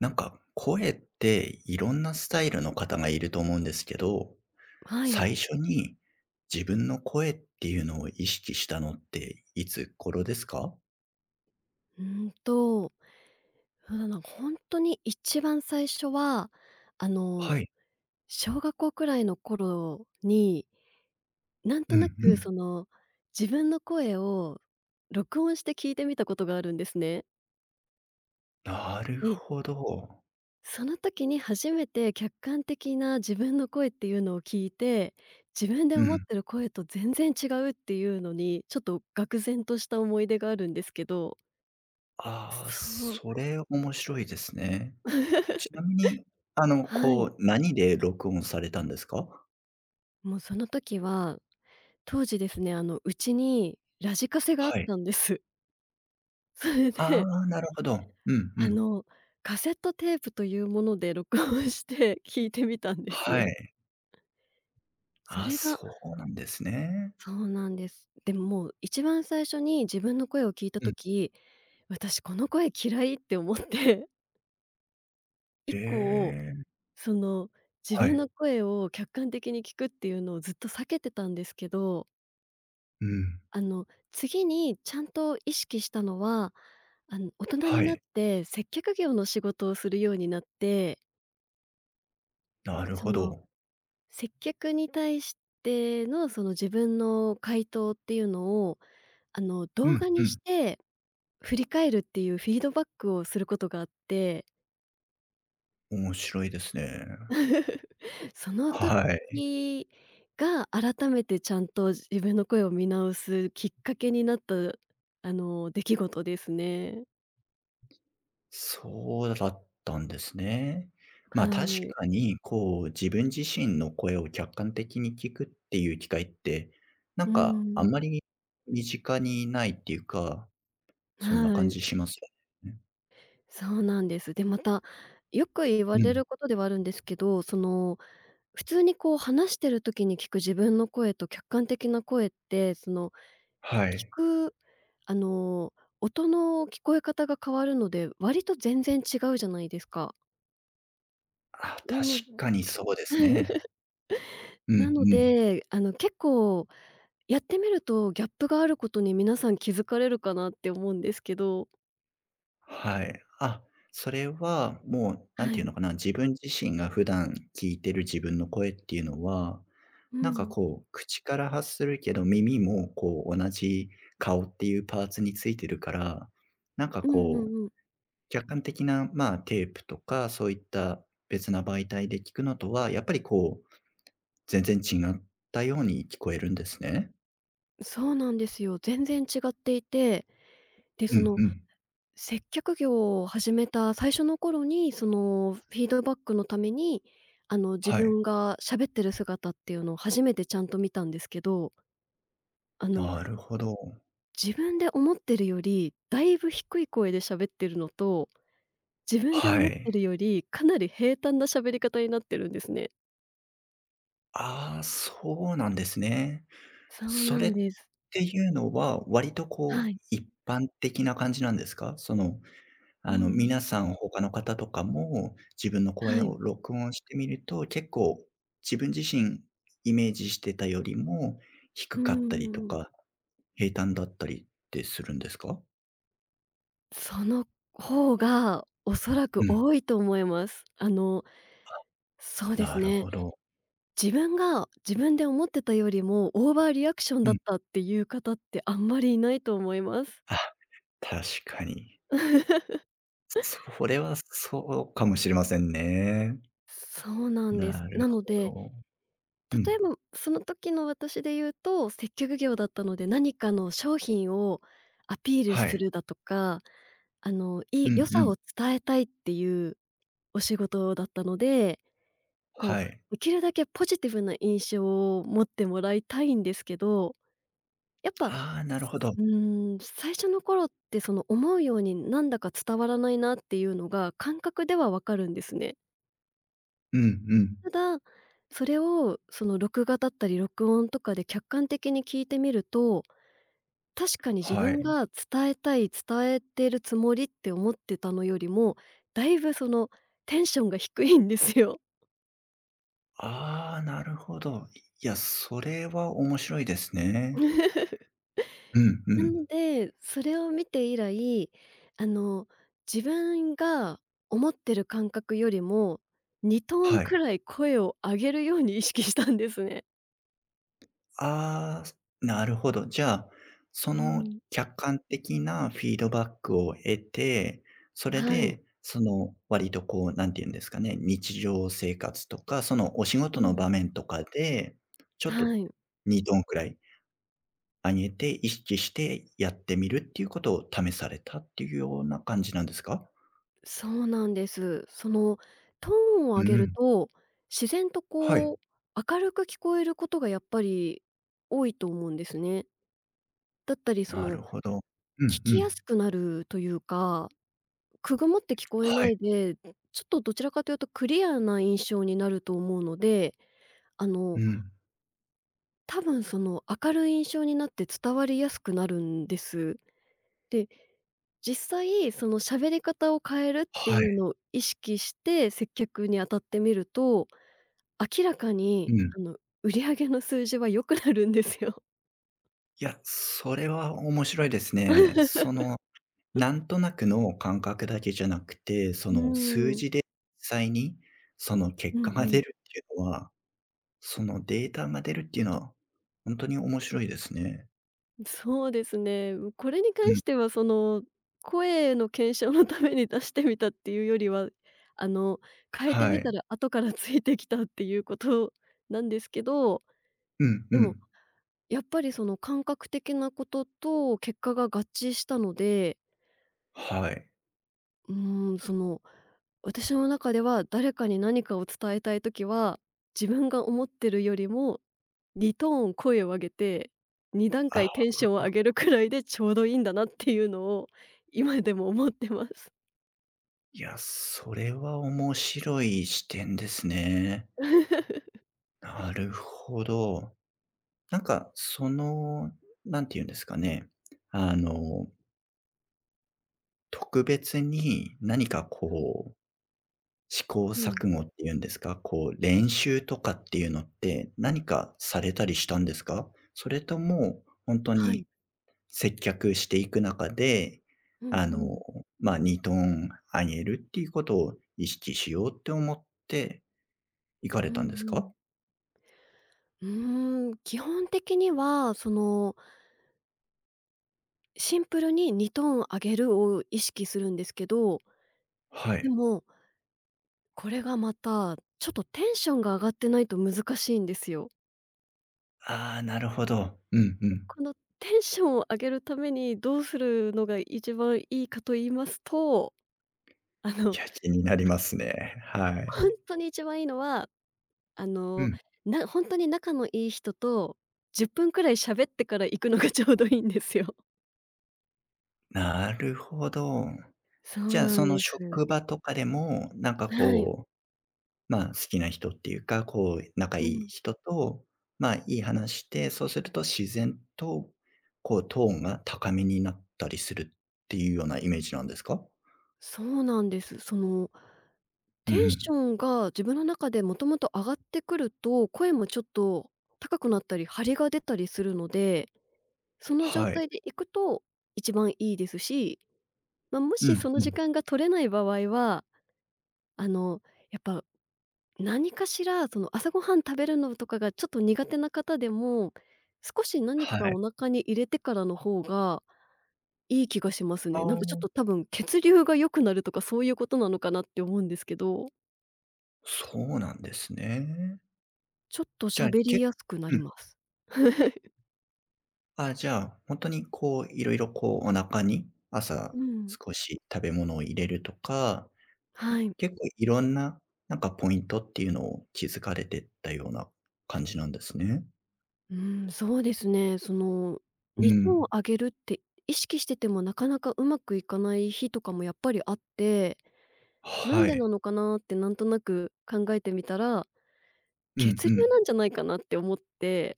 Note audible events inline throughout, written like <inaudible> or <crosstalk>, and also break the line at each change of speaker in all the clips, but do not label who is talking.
なんか、声っていろんなスタイルの方がいると思うんですけど、
はい。
最初に自分の声っていうのを意識したのっていつ頃ですか？
うーんと、そうだな、本当に一番最初は、あの、
はい。
小学校くらいの頃に、なんと
う
な
んう
く
ん。
自分の声を録音して聞いてみたことがあるんですね。
なる
ええ。
ほど。
その時に初めて客観的な自分の声っていうのを聞いて、自分で
う
思っ
ん。
てる声と全然違うっていうのに、ちょっと愕然とした思い出があるんですけど。
ああ、
そう。
それ面白いですね。ちな
<laughs>
みに、
はい。
何で録音されたんですか？
もうその時は当時ですね、うちにラジカセがあっ
はい。
たんです。<laughs> それ
あ
で、
あ、なるほど。うんう
あ
ん。
の、カセットテープというもので録音して <laughs> 聞いてみたんです
は
ね。
い。
そ
あ、
れが、
そうなんですね。
そうなんです。でも、もう一番最初に自分の声を聞いた
うん。
時、私この声嫌いって思って、<laughs>
へ
以降、
え、
その、自
は
分
い。
の声を客観的に聞くっていうのをずっと避けてたんですけど。
うん。
あの、次にちゃんと意識したのは、大人に
は
なっ
い。
て接客業の仕事をするようになって、
なる
そ
ほ
の、
ど。
接客に対しての、自分の回答っていうのを、
う
動
ん
画
う
にし
ん。
て振り返るっていうフィードバックをすることがあって、
面白いですね。
<laughs> その
はい。
時が改めてちゃんと自分の声を見直すきっかけになった、出来事ですね。
そうだったんですね。まあ、
は
確
い。
かに、自分自身の声を客観的に聞くっていう機会って、
う
あん
ん、
まり身近にないっていうか、そんな
は
感
い、
じしますよね。
そうなんです。で、また、よく言わ
う
れ
ん。
ることではあるんですけど、普通にこう話してる時に聞く自分の声と客観的な声って、その、
は
聞
い。
く、あの、音の聞こえ方が変わるので、割と全然違うじゃないですか。
あ、
な
確
の
かにそうですね。うんう
なの
ん。
で、結構やってみるとギャップがあることに皆さん気づかれるかなって思うんですけど。
はい。あ、それはもう、なん
は
ていう
い。
のかな、自分自身が普段聞いてる自分の声っていうのは、
うん。
口から発するけど、耳も同じ顔っていうパーツについてるから、なんか
うんう
こう、
んうん。
客観的な、まあ、テープとか、そういった別な媒体で聞くのとは、やっぱり全然違ったように聞こえるんですね。
そうなんですよ。全然違っていて、で、
う
そ
ん
の
うん。
接客業を始めた最初の頃に、そのフィードバックのために、自
はい。
分が喋ってる姿っていうのを初めてちゃんと見たんですけど、あの、
なるほど。
自分で思ってるよりだいぶ低い声で喋ってるのと、自分で
は
思って
い。
るよりかなり平坦な喋り方になってるんですね。
ああ、そうなんですね。
そう
そ
な
れ
ん
っ
です。
ていうのは、割とこ
は
う、
い。
一般的な感じなんですか？その、
うん。
皆さん他の方とかも、自分の声
はい。
を録音してみると、結構自分自身イメージしてたよりも
う
低かったりと
んうん。
か、平坦だったりってするんですか？
その方がおそらく
うん、
多いと思います。そうです
なる
ね。
ほど。
自分が自分で思ってたよりもオーバーリアクション
う
だっ
ん。
たっていう方ってあんまりいないと思います。
あ、確かに。
<laughs>
それはそうかもしれませんね。
そうなんです。
なる
なので、
ほど。う
例え
ん。
ばその時の私で言うと、接客業だったので、何かの商品をアピール
は
す
い。
るだとか、い
う
い良
んう
さを
ん。
伝えたいっていうお仕事だったので、こ
は
う、
い。
できるだけポジティブな印象を持ってもらいたいんですけど、やっぱ、
ああ、なるほど。
最初の頃って思うようになんだか伝わらないなっていうのが感覚ではわかるんですね。
うんうん。
ただ、それを録画だったり録音とかで客観的に聞いてみると、確かに自
は
分
い。
が伝えたい、伝えてるつもりって思ってたのよりも、だいぶテンションが低いんですよ。
ああ、なるほど。いや、それは面白いですね。
<laughs>
うんう
なの
ん。
で、それを見て以来、あの、自分が思ってる感覚よりも、2トーン
は
く
い。
らい声を上げるように意識したんですね。
ああ、なるほど。じゃあ、そ
う
の
ん。
客観的なフィードバックを得て、それ
はい。
で、その割と、なんて言うんですかね、日常生活とか、そのお仕
う
事の
ん。
場面とかで、ちょっと
はい、
2度ーくらい上げて、意識してやってみるっていうことを試されたっていうような感じなんですか？
そうなんです。そのトーンを
う
上げる
ん。
と、自然と
はい。
明るく聞こえることがやっぱり多いと思うんですね。だったり
なるほど。う
聞
んう
きや
ん。
すくなるというか、くぐもって聞こえ
は
な
い。
いで、ちょっとどちらかというとクリアな印象になると思うので、あ
う
の、
ん。
多分その明るい印象になって伝わりやすくなるんです。で、実際その喋り方を変えるってい
は
う
い。
のを意識して接客に当たってみると、明らか
う
に
ん。
売り上げの数字は良くなるんですよ。
いや、それは面白いですね。
<laughs>
その、なんとなくの感覚だけじゃなくて、そ
う
の数
ん。
字で実際にその
う
結
ん
果が
う
出
ん。
るっていうのは、そのデータが出るっていうのは、本当に面白いですね。
そうですね。これに
う
関
ん。
しては声の検証のために出してみたっていうよりは、あの、変えて
は
みた
い。
ら後からついてきたっていうことなんですけど、
うん
で
う
も
ん。
やっぱりその感覚的なことと結果が合致したので、
はい。
うーん、その、私の中では誰かに何かを伝えたいときは、自分が思ってるよりも2トーン声を上げて、2段階
あ、
テンションを上げるくらいでちょうどいいんだなっていうのを今でも思ってます。
いや、それは面白い視点ですね。
<laughs>
なるほど。その、なんて言うんですかね。あの、特別に何か
うん。
こう、試行
う
錯
ん、
誤っていうんですか、練習とかっていうのって何かされたりしたんですか？それとも、本当
はい。
に接客していく中で、
うんう
あの、
ん。
まあ、2トーン上げるっていうことを意識しようって思って行かれ
うんう
たんですか？
ん。基本的にはシンプルに2トーン上げるを意識するんですけど、
は
で
い。
もこれがまた、ちょっとテンションが上がってないと難しいんですよ。
ああ、なるほど。うんう
で、
ん。
このテンションを上げるためにどうするのが一番いいかと言いますと、あ
い
の、
や、気
<laughs>
になりますね。は
本
い。
当に一番いいのは、あ
う
の、
ん、
なほに仲のいい人と10分くらい喋ってから行くのがちょうどいいんですよ。
なるほど。
そう
じゃあ、
な
そ
ん
の
です。
職場とかでも、
はい。
まあ、好きな人っていうか、仲
う
いい
ん。
人と、まあ、いい話して、そうすると自然と、トーンが高めになったりするっていうようなイメージなんですか？
そうなんです。
う
テンショ
ん、
ンが自分の中でもともと上がってくると、声もちょっと高くなったり張りが出たりするので、その状
はい。
態で行くと一番いいですし、まあ、も
う
し
ん
その
う
時
ん。
間が取れない場合は、あの、やっぱ何かしら、朝ごはん食べるのとかがちょっと苦手な方でも、少し何か
はい。
お腹に入れてからの方がいい気がします
あ
ね。なんかちょっ
あ、
と多分血流が良くなるとかそういうことなのかなって思うんですけど、
そうなんですね。
ちょっと
じゃあ、
喋り
け
やすくなります。<laughs>
じゃあ、本当にいろいろお腹に
う
朝
ん、
少し食べ物を入れるとか、
はい。
結構いろんな、なんかポイントっていうのを気づかれてったような感じなんですね。
うん、そうですね。
う
2等を
ん。
上げるって意識しててもなかなかうまくいかない日とかもやっぱりあって、なん
は
でな
い。
のかなってなんとなく考えてみたら、
うん
血
う
流
ん。
なんじゃないかなって思って、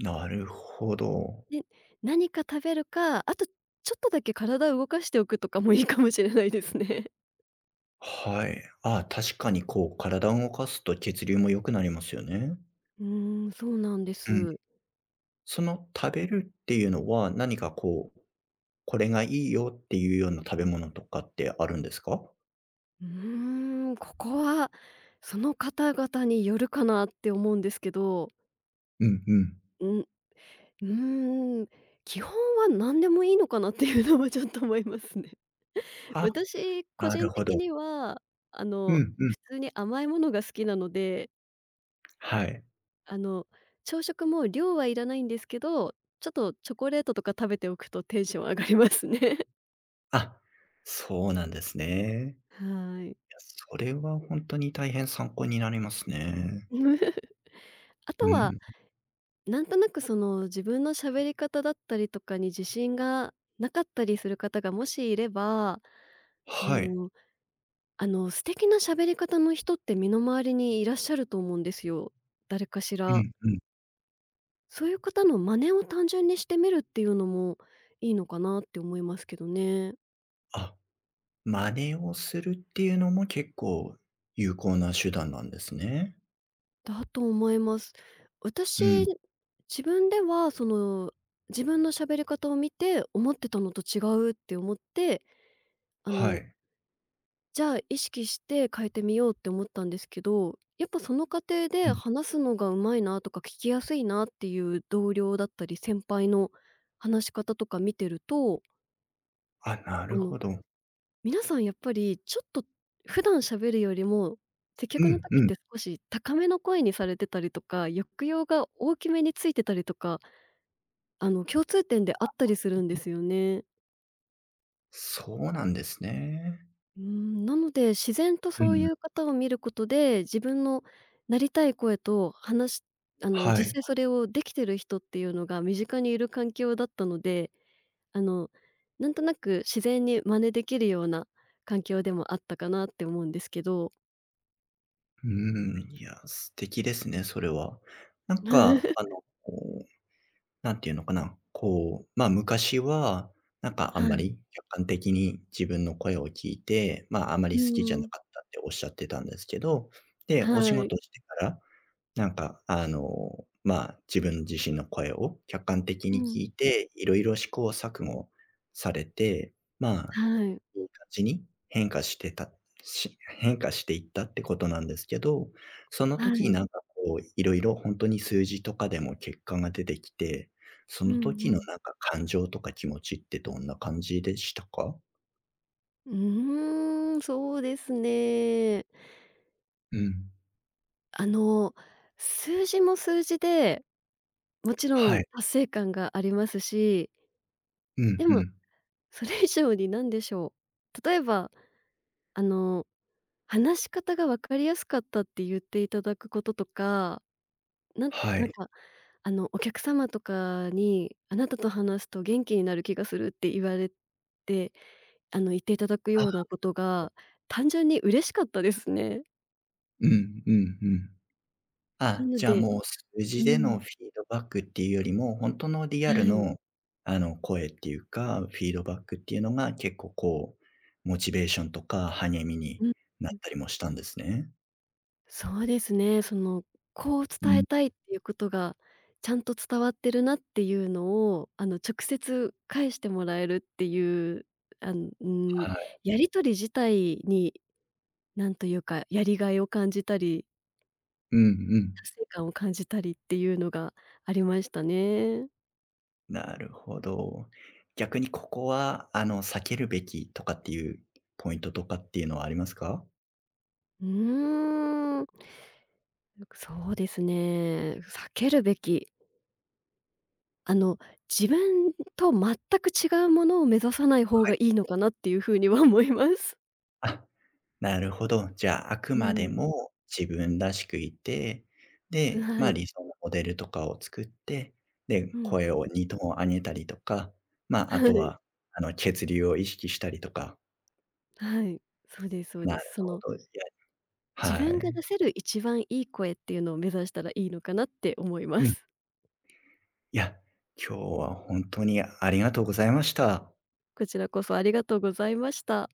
なるほど。
で、何か食べるか、あとちょっとだけ体を動かしておくとかもいいかもしれないですね。<laughs>
はい。あ、確かに体を動かすと血流も良くなりますよね。
そうなんで
うん。
す。
その食べるっていうのは、何か、これがいいよっていうような食べ物とかってあるんですか？
うーここはその方々によるかなって思うんですけど、
うんうん。
んうーん、基本は何でもいいのかなっていうのはちょっと思いますね。<laughs>
あ
私、
あ、
個
な
人
るほ
的
ど。
には、
うんうん。
普通に甘いものが好きなので、
はい。
あの、朝食も量はいらないんですけど、ちょっとチョコレートとか食べておくとテンション上がりますね。
あ、そうなんですね。いや、
<laughs> はい。
それは本当に大変参考になりますね。
<laughs> あと
う
は、
ん。
なんとなく自分の喋り方だったりとかに自信がなかったりする方がもしいれば、う
はい。
ん、素敵な喋り方の人って身の回りにいらっしゃると思うんですよ、誰かし
う
ら。
んうん。
そういう方の真似を単純にしてみるっていうのもいいのかなって思いますけどね。
あ、真似をするっていうのも結構有効な手段なんですね。
だと思います。私、
うん。
自分では自分の喋り方を見て、思ってたのと違うって思って、あ
は
の
い。
じゃあ、意識して変えてみようって思ったんですけど、やっぱその過程
う
で
ん。
話すのがうまいなとか、聞きやすいなっていう同僚だったり、先輩の話し方とか見てると、
あ、な
あ
る
の、
ほど。
皆さんやっぱりちょっと普段喋るよりも、接
う
客の
ん
時っ
うん。
て少し高めの声にされてたりとか、抑揚が大きめについてたりとか、共通点であったりするんですよね。
そうなんですね。
うん、なので、自然と
う
そうい
ん。
う方を見ることで、自分のなりたい声と話しあの、
は
実
い。
際それをできてる人っていうのが身近にいる環境だったので、あの、なんとなく自然に真似できるような環境でもあったかなって思うんですけど。
うん、いや、素敵ですね、それは。なんか、あ
<laughs>
のなんていうのかな、ま、昔は、あん
は
ま
い。
り客観的に自分の声を聞いて、ま、ああま
<laughs> う
り好きじゃな
ん。
かったっておっしゃってたんですけど、で、お
は
仕
い。
事してから、ま、自分自身の声を客観的
う
に聞
ん。
いて、色々試行錯誤されて、ま
はい。
いい感じに変化してたし変化していったってことなんですけど、その
は
時
い。
いろいろほんとに数字とかでも結果が出てきて、そ
う
の
ん
時
う
の
ん。
感情とか気持ちってどんな感じでしたか？
うそうですね。
うん。
あの、数字も数字でもちろ
は
ん
い。
達成感がありますし、
うん
で
う
も
ん。
それ以上に何でしょう、例えば、あの、話し方が分かりやすかったって言っていただくこととか、なん
は
なん
い。
か、お客様とかに「あなたと話すと元気になる気がする」って言われて、言っていただくよう
あ、
なことが単純に嬉しかったですね。
うんうんうん。
な
あ、
の
じゃあ、
で、
もう数
う
字で
ん、
のフィードバックっていうよりも、本当のリ
は
アル
い。
の、声っていうか、フィードバックっていうのが結構、モチベーションとか励みに
うん。
なったりもしたんですね。
そうですね。
う
伝え
ん、
たいっていうことが、ちゃんと伝わってるなっていうのを、直接返してもらえるっていう、うん、
はい。
やり取り自体に、なんというか、やりがいを感じたり、
うんうん。
達成感を感じたりっていうのがありましたね。
なるほど。逆にここは、避けるべきとかっていうポイントとかっていうのはありますか？
うーん。そうですね。避けるべき、あの、自分と全く違うものを目指さない方
は
が
い。
いいのかなっていうふうには思います。
あ、なるほど。じゃあ、あく
う
まで
ん。
も自分らしくいて、で、
は
まあ、
い。
理想のモデルとかを作って、で、
うん。
声を二トーン上げたりとか、
<laughs>
まあ、あ
は
と
い。
は、血流を意識したりとか。
はい。そうですそう
な
で
る
す。
ほど。いや、は
自分が出
い。
せる一番いい声っていうのを目指したらいいのかなって思いま
うん。
す。
いや、今日は本当にありがとうございました。
こちらこそありがとうございました。